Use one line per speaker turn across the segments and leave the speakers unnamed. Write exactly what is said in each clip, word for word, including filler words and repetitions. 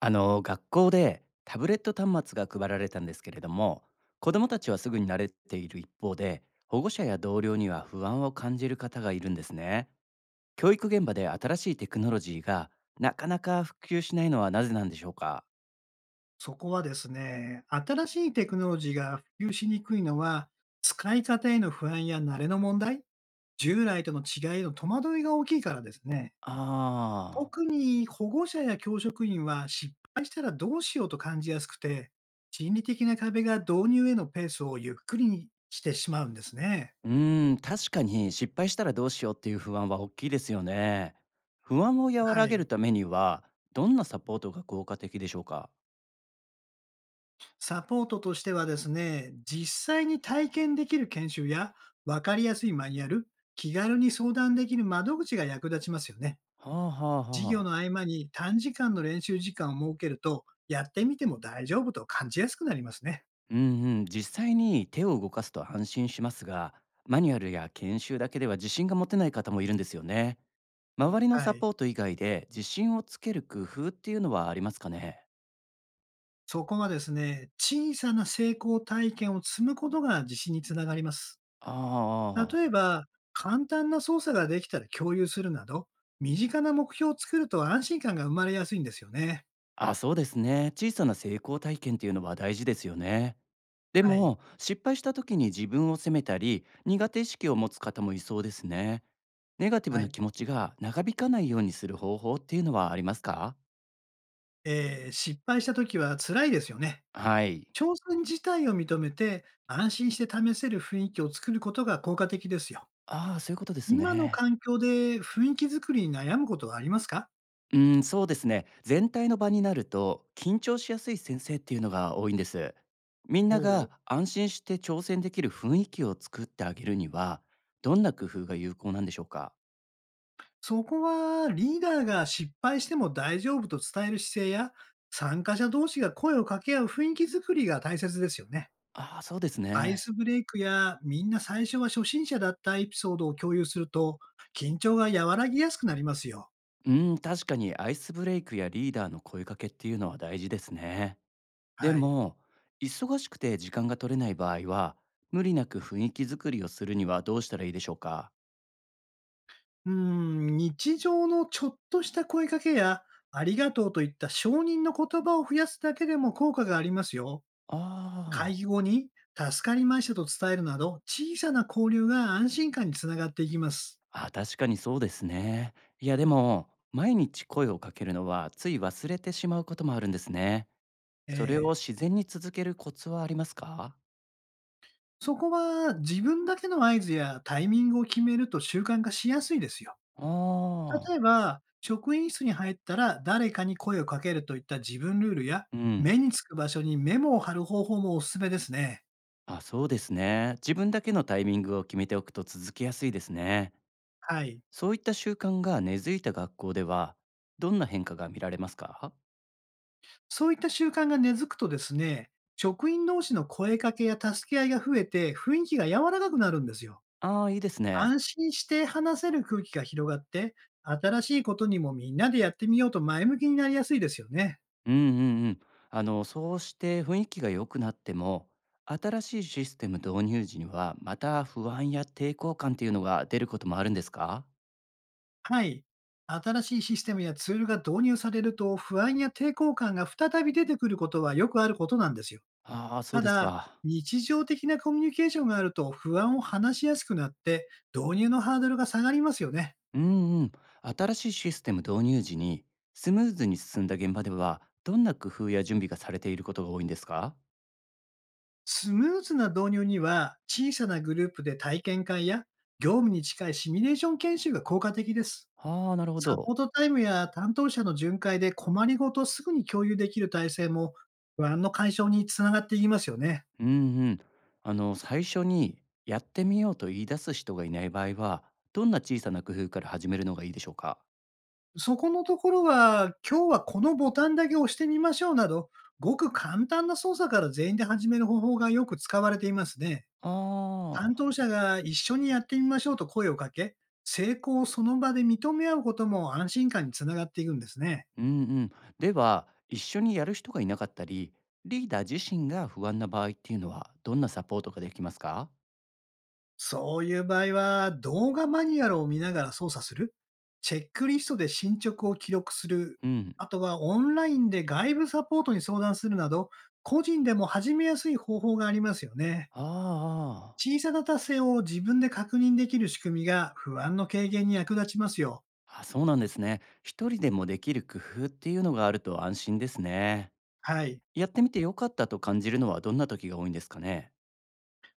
あの学校でタブレット端末が配られたんですけれども、子どもたちはすぐに慣れている一方で、保護者や同僚には不安を感じる方がいるんですね。教育現場で新しいテクノロジーがなかなか普及しないのはなぜなんでしょうか？
そこはですね、新しいテクノロジーが普及しにくいのは、使い方への不安や慣れの問題、従来との違いへの戸惑いが大きいからですね。
あ
特に保護者や教職員は失敗したらどうしようと感じやすくて、心理的な壁が導入へのペースをゆっくりにしてしまうんですね。
あうーん確かに失敗したらどうしようっていう不安は大きいですよね。不安を和ら
は
げる
い。
ためにはどんなサポートが効果的でしょうか？
サポートとしてはですね、実際に体験できる研修や、わかりやすいマニュアル、気軽に相談できる窓口が役立ちますよね。
はあ、はあ、
授
は
業
あ。
の合間に短時間の練習時間を設けると、やってみても大丈夫と感じやすくなりますね。
うんうん、実際に手を動かすと安心しますが、マニュアルや研修だけでは自信が持てない方もいるんですよね。周りの
は
サ
い。
ポート以外で自信をつける工夫っていうのはありますかね？
そこはですね、小さな成功体験を積むことが自信につながります。
あ
例えば、簡単な操作ができたら共有するなど、身近な目標を作ると安心感が生まれやすいんですよね。
あ、あ、そうですね。小さな成功体験っていうのは大事ですよね。で
はい。
も、失敗した時に自分を責めたり、苦手意識を持つ方もいそうですね。ネガティブ
は
な
い。
気持ちが長引かないようにする方法っていうのはありますか？
えー、失敗した時は辛いですよね。
はい。
挑戦自体を認めて、安心して試せる雰囲気を作ることが効果的ですよ。
ああ、そういうことです
今の
ね。
環境で雰囲気作りに悩むことはありますか？
うーん、そうですね。全体の場になると緊張しやすい先生っていうのが多いんです。みん
お
な
う
が安心して挑戦できる雰囲気を作ってあげるには、どんな工夫が有効なんでしょうか？
そこはリーダーが失敗しても大丈夫と伝える姿勢や、参加者同士が声を掛け合う雰囲気作りが大切ですよね。
ああ、そうです
アイ
ね。
スブレイクや、みんな最初は初心者だったエピソードを共有すると、緊張が和らぎやすくなりますよ。
うーん、確かにアイスブレイクやリーダーの声かけっていうのは大事ですね。で
はい。
も、忙しくて時間が取れない場合は、無理なく雰囲気作りをするにはどうしたらいいでしょうか？
うん、日常のちょっとした声かけや、ありがとうといった承認の言葉を増やすだけでも効果がありますよ。会
ああ
議
ー。
後に、助かりましたと伝えるなど、小さな交流が安心感につながっていきます。
あ、確かにそうですね。いやでも、毎日声をかけるのはつい忘れてしまうこともあるんですね。
え
それを
ー
自然に続けるコツはありますか？
そこは自分だけの合図やタイミングを決めると習慣化しやすいですよ。
ああ、
例えば、職員室に入ったら誰かに声をかけるといった自分ルールや、
うん。
目につく場所にメモを貼る方法もおすすめですね。
あ、そうですね。自分だけのタイミングを決めておくと続けやすいですね。
はい。
そういった習慣が根付いた学校では、どんな変化が見られますか？
そういった習慣が根付くとですね、職員同士の声かけや助け合いが増えて、雰囲気が柔らかくなるんですよ。
ああー、いいですね。
安心して話せる空気が広がって、新しいことにもみんなでやってみようと前向きになりやすいですよね。
うんうんうん。あの、そうして雰囲気が良くなっても、新しいシステム導入時には、また不安や抵抗感っていうのが出ることもあるんですか？
はい。新しいシステムやツールが導入されると、不安や抵抗感が再び出てくることはよくあることなんですよ。
ああ、そう
た
です
だ、
か。
日常的なコミュニケーションがあると不安を話しやすくなって、導入のハードルが下がりますよね。
うんうん。新しいシステム導入時に、スムーズに進んだ現場では、どんな工夫や準備がされていることが多いんですか？
スムーズな導入には、小さなグループで体験会や、業務に近いシミュレーション研修が効果的です。
ああ、なるほ
サ
ど。
ポートタイムや担当者の巡回で困りごとをすぐに共有できる体制も、不安の解消につながっていきますよね。
うんうん。あの、最初に、やってみようと言い出す人がいない場合は、どんな小さな工夫から始めるのがいいでしょうか？
そこのところは、今日はこのボタンだけ押してみましょうなど、ごく簡単な操作から全員で始める方法がよく使われていますね。
ああ
担
ー、
当者が一緒にやってみましょうと声をかけ、成功をその場で認め合うことも安心感につながっていくんですね。
うんうん。では、一緒にやる人がいなかったり、リーダー自身が不安な場合っていうのは、どんなサポートができますか？
そういう場合は、動画マニュアルを見ながら操作する、チェックリストで進捗を記録する、
うん。
あとはオンラインで外部サポートに相談するなど、個人でも始めやすい方法がありますよね。
ああ、あ
小さな達成を自分で確認できる仕組みが不安の軽減に役立ちますよ。
あ、そうなんですね。一人でもできる工夫っていうのがあると安心ですね。
はい。
やってみてよかったと感じるのはどんな時が多いんですかね？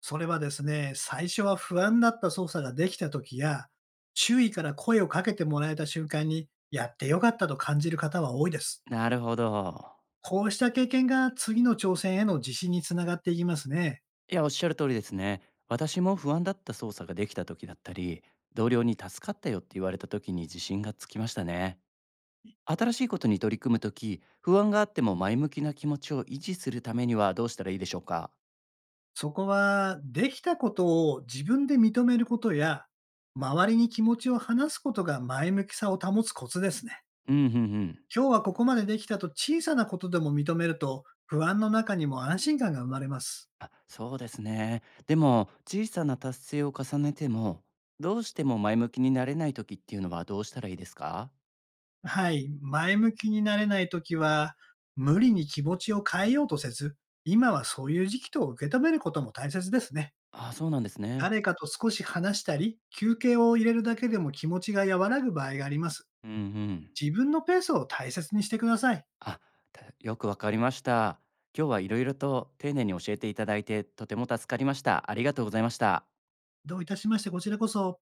それはですね、最初は不安だった操作ができた時や、周囲から声をかけてもらえた瞬間に、やってよかったと感じる方は多いです。
なるほど。
こうした経験が次の挑戦への自信につながっていきますね。
いや、おっしゃる通りですね。私も不安だった操作ができた時だったり、同僚に助かったよって言われた時に自信がつきましたね。新しいことに取り組むとき、不安があっても前向きな気持ちを維持するためにはどうしたらいいでしょうか？
そこは、できたことを自分で認めることや、周りに気持ちを話すことが前向きさを保つコツですね。
うん、うん、うん。
今日はここまでできたと小さなことでも認めると、不安の中にも安心感が生まれます。
あ、そうですね。でも、小さな達成を重ねても、どうしても前向きになれないときっていうのはどうしたらいいですか？
はい。前向きになれないときは、無理に気持ちを変えようとせず、今はそういう時期と受け止めることも大切ですね。
あ、そうなんですね。
誰かと少し話したり、休憩を入れるだけでも気持ちが和らぐ場合があります。
うん、うん。
自分のペースを大切にしてください。
あ、たよくわかりました。今日はいろいろと丁寧に教えていただいて、とても助かりました。ありがとうございました。
どういたしまして、こちらこそ。